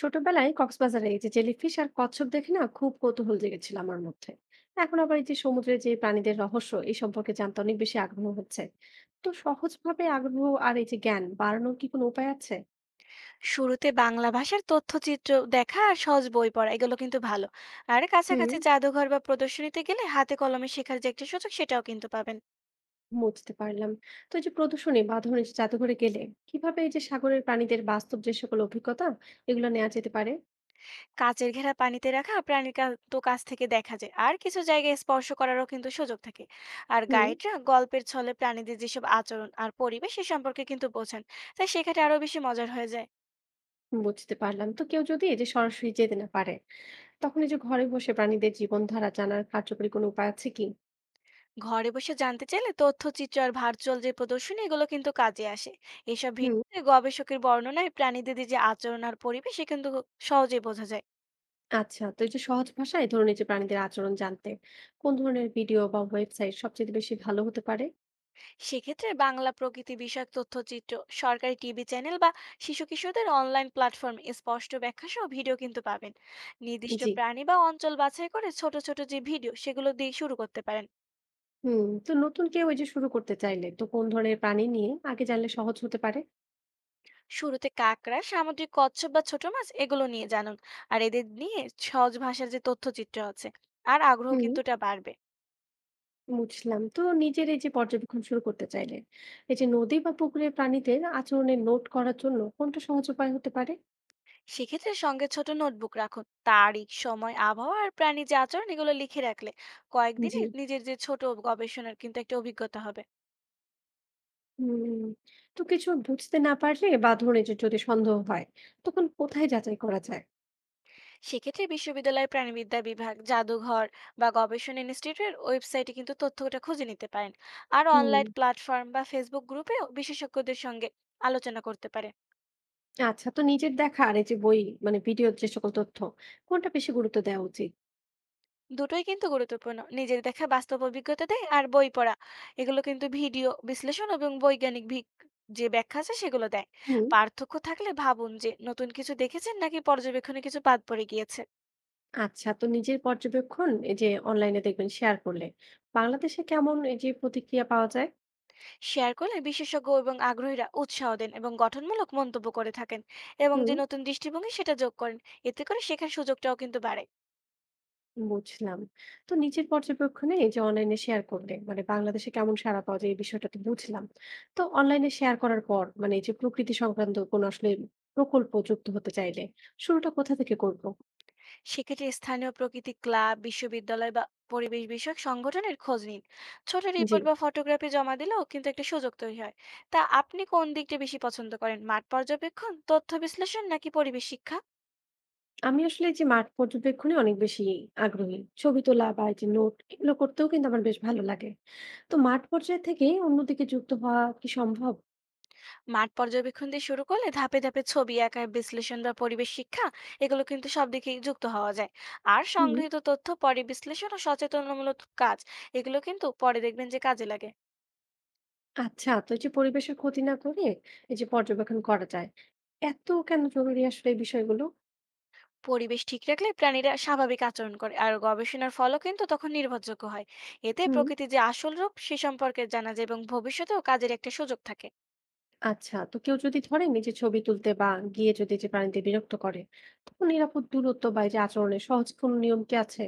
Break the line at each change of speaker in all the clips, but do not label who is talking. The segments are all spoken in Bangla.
ছোটবেলায় কক্সবাজারে এই যে জেলিফিশ আর কচ্ছপ দেখে না খুব কৌতূহল জেগেছিল আমার মধ্যে। এখন আবার এই যে সমুদ্রের যে প্রাণীদের রহস্য এই সম্পর্কে জানতে অনেক বেশি আগ্রহ হচ্ছে। তো সহজভাবে আগ্রহ আর এই যে জ্ঞান বাড়ানোর কি কোনো উপায় আছে?
শুরুতে বাংলা ভাষার তথ্যচিত্র দেখা আর সহজ বই পড়া এগুলো কিন্তু ভালো। আর
হুম,
কাছাকাছি জাদুঘর বা প্রদর্শনীতে গেলে হাতে কলমে শেখার যে একটা সুযোগ সেটাও কিন্তু পাবেন।
বুঝতে পারলাম। তো এই যে প্রদর্শনী বা ধরুন এই যে জাদুঘরে গেলে কিভাবে এই যে সাগরের প্রাণীদের বাস্তব যে সকল অভিজ্ঞতা এগুলো নেওয়া যেতে পারে?
কাচের ঘেরা পানিতে রাখা প্রাণীর তো কাছ থেকে দেখা যায় আর কিছু জায়গায় স্পর্শ করারও কিন্তু সুযোগ থাকে। আর
হুম,
গাইডরা গল্পের ছলে প্রাণীদের যেসব আচরণ আর পরিবেশ সে সম্পর্কে কিন্তু বোঝান। তাই সেখানে আরো বেশি মজার হয়ে যায়।
বুঝতে পারলাম। তো কেউ যদি এই যে সরাসরি যেতে না পারে, তখন এই যে ঘরে বসে প্রাণীদের জীবনধারা জানার কার্যকরী কোনো উপায় আছে কি?
ঘরে বসে জানতে চাইলে তথ্যচিত্র আর ভার্চুয়াল যে প্রদর্শনী এগুলো কিন্তু কাজে আসে। এসব
হুম।
ভিডিওতে গবেষকের বর্ণনায় প্রাণীদের যে আচরণ আর পরিবেশ সে কিন্তু সহজেই বোঝা যায়।
আচ্ছা, তো এই যে সহজ ভাষায় ধরুন এই যে প্রাণীদের আচরণ জানতে কোন ধরনের ভিডিও বা ওয়েবসাইট সবচেয়ে বেশি ভালো হতে পারে?
সেক্ষেত্রে বাংলা প্রকৃতি বিষয়ক তথ্যচিত্র, সরকারি টিভি চ্যানেল বা শিশু কিশোরদের অনলাইন প্ল্যাটফর্মে স্পষ্ট ব্যাখ্যা সহ ভিডিও কিন্তু পাবেন। নির্দিষ্ট
জি।
প্রাণী বা অঞ্চল বাছাই করে ছোট ছোট যে ভিডিও সেগুলো দিয়ে শুরু করতে পারেন।
হুম, তো নতুন কেউ ওই যে শুরু করতে চাইলে তো কোন ধরনের প্রাণী নিয়ে আগে জানলে সহজ হতে পারে?
শুরুতে কাকড়া সামুদ্রিক কচ্ছপ বা ছোট মাছ এগুলো নিয়ে জানুন। আর এদের নিয়ে সহজ ভাষার যে তথ্যচিত্র আছে, আর আগ্রহ
হুম,
কিন্তু এটা বাড়বে।
বুঝলাম। তো নিজের এই যে পর্যবেক্ষণ শুরু করতে চাইলে এই যে নদী বা পুকুরের প্রাণীদের আচরণে নোট করার জন্য কোনটা সহজ উপায় হতে পারে?
সেক্ষেত্রে সঙ্গে ছোট নোটবুক রাখুন। তারিখ সময় আবহাওয়া আর প্রাণী যে আচরণ এগুলো লিখে রাখলে কয়েকদিনে
জি।
নিজের যে ছোট গবেষণার কিন্তু একটা অভিজ্ঞতা হবে।
হুম, তো কিছু বুঝতে না পারলে বা ধরুন এই যে যদি সন্দেহ হয়, তখন কোথায় যাচাই করা যায়?
সেক্ষেত্রে বিশ্ববিদ্যালয়ের প্রাণীবিদ্যা বিভাগ, জাদুঘর বা গবেষণা ইনস্টিটিউটের ওয়েবসাইটে কিন্তু তথ্যটা খুঁজে নিতে পারেন। আর
হুম।
অনলাইন প্ল্যাটফর্ম বা ফেসবুক গ্রুপেও বিশেষজ্ঞদের সঙ্গে আলোচনা করতে পারেন।
আচ্ছা, তো নিজের দেখা আর এই যে বই মানে ভিডিওর যে সকল তথ্য, কোনটা বেশি গুরুত্ব দেওয়া উচিত?
দুটোই কিন্তু গুরুত্বপূর্ণ। নিজের দেখা বাস্তব অভিজ্ঞতা দেয় আর বই পড়া এগুলো কিন্তু ভিডিও বিশ্লেষণ এবং বৈজ্ঞানিক ভিক যে ব্যাখ্যা আছে সেগুলো দেয়।
হুম।
পার্থক্য থাকলে ভাবুন যে নতুন কিছু দেখেছেন নাকি পর্যবেক্ষণে কিছু বাদ পড়ে গিয়েছে।
আচ্ছা, তো নিজের পর্যবেক্ষণ এই যে অনলাইনে দেখবেন শেয়ার করলে বাংলাদেশে কেমন এই যে প্রতিক্রিয়া পাওয়া যায়?
শেয়ার করলে বিশেষজ্ঞ এবং আগ্রহীরা উৎসাহ দেন এবং গঠনমূলক মন্তব্য করে থাকেন এবং
হুম,
যে নতুন দৃষ্টিভঙ্গি সেটা যোগ করেন। এতে করে শেখার সুযোগটাও কিন্তু বাড়ে।
বুঝলাম। তো নিজের পর্যবেক্ষণে এই যে অনলাইনে শেয়ার করলে মানে বাংলাদেশে কেমন সাড়া পাওয়া যায়, এই বিষয়টা তো বুঝলাম। তো অনলাইনে শেয়ার করার পর মানে এই যে প্রকৃতি সংক্রান্ত কোন আসলে প্রকল্প যুক্ত হতে চাইলে শুরুটা কোথা থেকে করব?
সেক্ষেত্রে স্থানীয় প্রকৃতি ক্লাব, বিশ্ববিদ্যালয় বা পরিবেশ বিষয়ক সংগঠনের খোঁজ নিন। ছোট
জি,
রিপোর্ট বা ফটোগ্রাফি জমা দিলেও কিন্তু একটা সুযোগ তৈরি হয়। তা আপনি কোন দিকটা বেশি পছন্দ করেন, মাঠ পর্যবেক্ষণ, তথ্য বিশ্লেষণ নাকি পরিবেশ শিক্ষা?
আমি আসলে এই যে মাঠ পর্যবেক্ষণে অনেক বেশি আগ্রহী। ছবি তোলা বা এই যে নোট এগুলো করতেও কিন্তু আমার বেশ ভালো লাগে। তো মাঠ পর্যায়ে থেকে অন্যদিকে যুক্ত হওয়া কি সম্ভব?
মাঠ পর্যবেক্ষণ দিয়ে শুরু করলে ধাপে ধাপে ছবি আঁকা, বিশ্লেষণ বা পরিবেশ শিক্ষা এগুলো কিন্তু সব দিকেই যুক্ত হওয়া যায়। আর
হুম।
সংগৃহীত তথ্য পরে বিশ্লেষণ ও সচেতনমূলক কাজ এগুলো কিন্তু পরে দেখবেন যে কাজে লাগে।
আচ্ছা, তো এই যে পরিবেশের ক্ষতি না করে এই যে পর্যবেক্ষণ করা যায়, এত কেন জরুরি আসলে এই বিষয়গুলো?
পরিবেশ ঠিক রাখলে প্রাণীরা স্বাভাবিক আচরণ করে আর গবেষণার ফলও কিন্তু তখন নির্ভরযোগ্য হয়। এতে
হুম।
প্রকৃতির যে আসল রূপ সে সম্পর্কে জানা যায় এবং ভবিষ্যতেও কাজের একটা সুযোগ থাকে।
আচ্ছা, তো কেউ যদি ধরে নিজে ছবি তুলতে বা গিয়ে যদি যে প্রাণীদের বিরক্ত করে, তখন নিরাপদ দূরত্ব বা এই যে আচরণের সহজ কোনো নিয়ম কি আছে?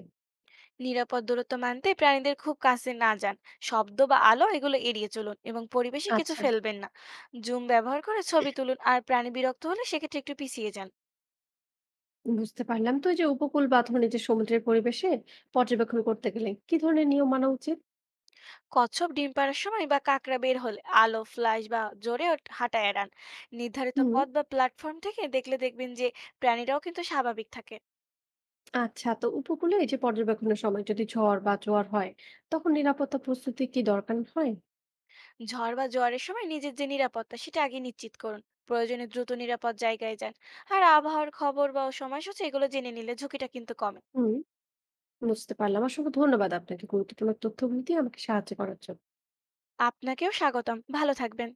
নিরাপদ দূরত্ব মানতে প্রাণীদের খুব কাছে না যান, শব্দ বা আলো এগুলো এড়িয়ে চলুন এবং পরিবেশে কিছু
আচ্ছা,
ফেলবেন না। জুম ব্যবহার করে ছবি তুলুন আর প্রাণী বিরক্ত হলে সেক্ষেত্রে একটু পিছিয়ে যান।
বুঝতে পারলাম। তো এই যে উপকূল বা ধরুন এই যে সমুদ্রের পরিবেশে পর্যবেক্ষণ করতে গেলে কি ধরনের নিয়ম মানা উচিত?
কচ্ছপ ডিম পাড়ার সময় বা কাঁকড়া বের হলে আলো, ফ্ল্যাশ বা জোরে হাঁটা এড়ান। নির্ধারিত
হুম।
পথ বা প্ল্যাটফর্ম থেকে দেখলে দেখবেন যে প্রাণীরাও কিন্তু স্বাভাবিক থাকে।
আচ্ছা, তো উপকূলে এই যে পর্যবেক্ষণের সময় যদি ঝড় বা জোয়ার হয়, তখন নিরাপত্তা প্রস্তুতি কি দরকার হয়?
ঝড় বা জোয়ারের সময় নিজের যে নিরাপত্তা সেটা আগে নিশ্চিত করুন। প্রয়োজনে দ্রুত নিরাপদ জায়গায় যান। আর আবহাওয়ার খবর বা সময়সূচি এগুলো জেনে নিলে ঝুঁকিটা কিন্তু কমে।
হুম, বুঝতে পারলাম। অসংখ্য ধন্যবাদ আপনাকে গুরুত্বপূর্ণ তথ্যগুলি দিয়ে আমাকে সাহায্য করার জন্য।
আপনাকেও স্বাগতম। ভালো থাকবেন।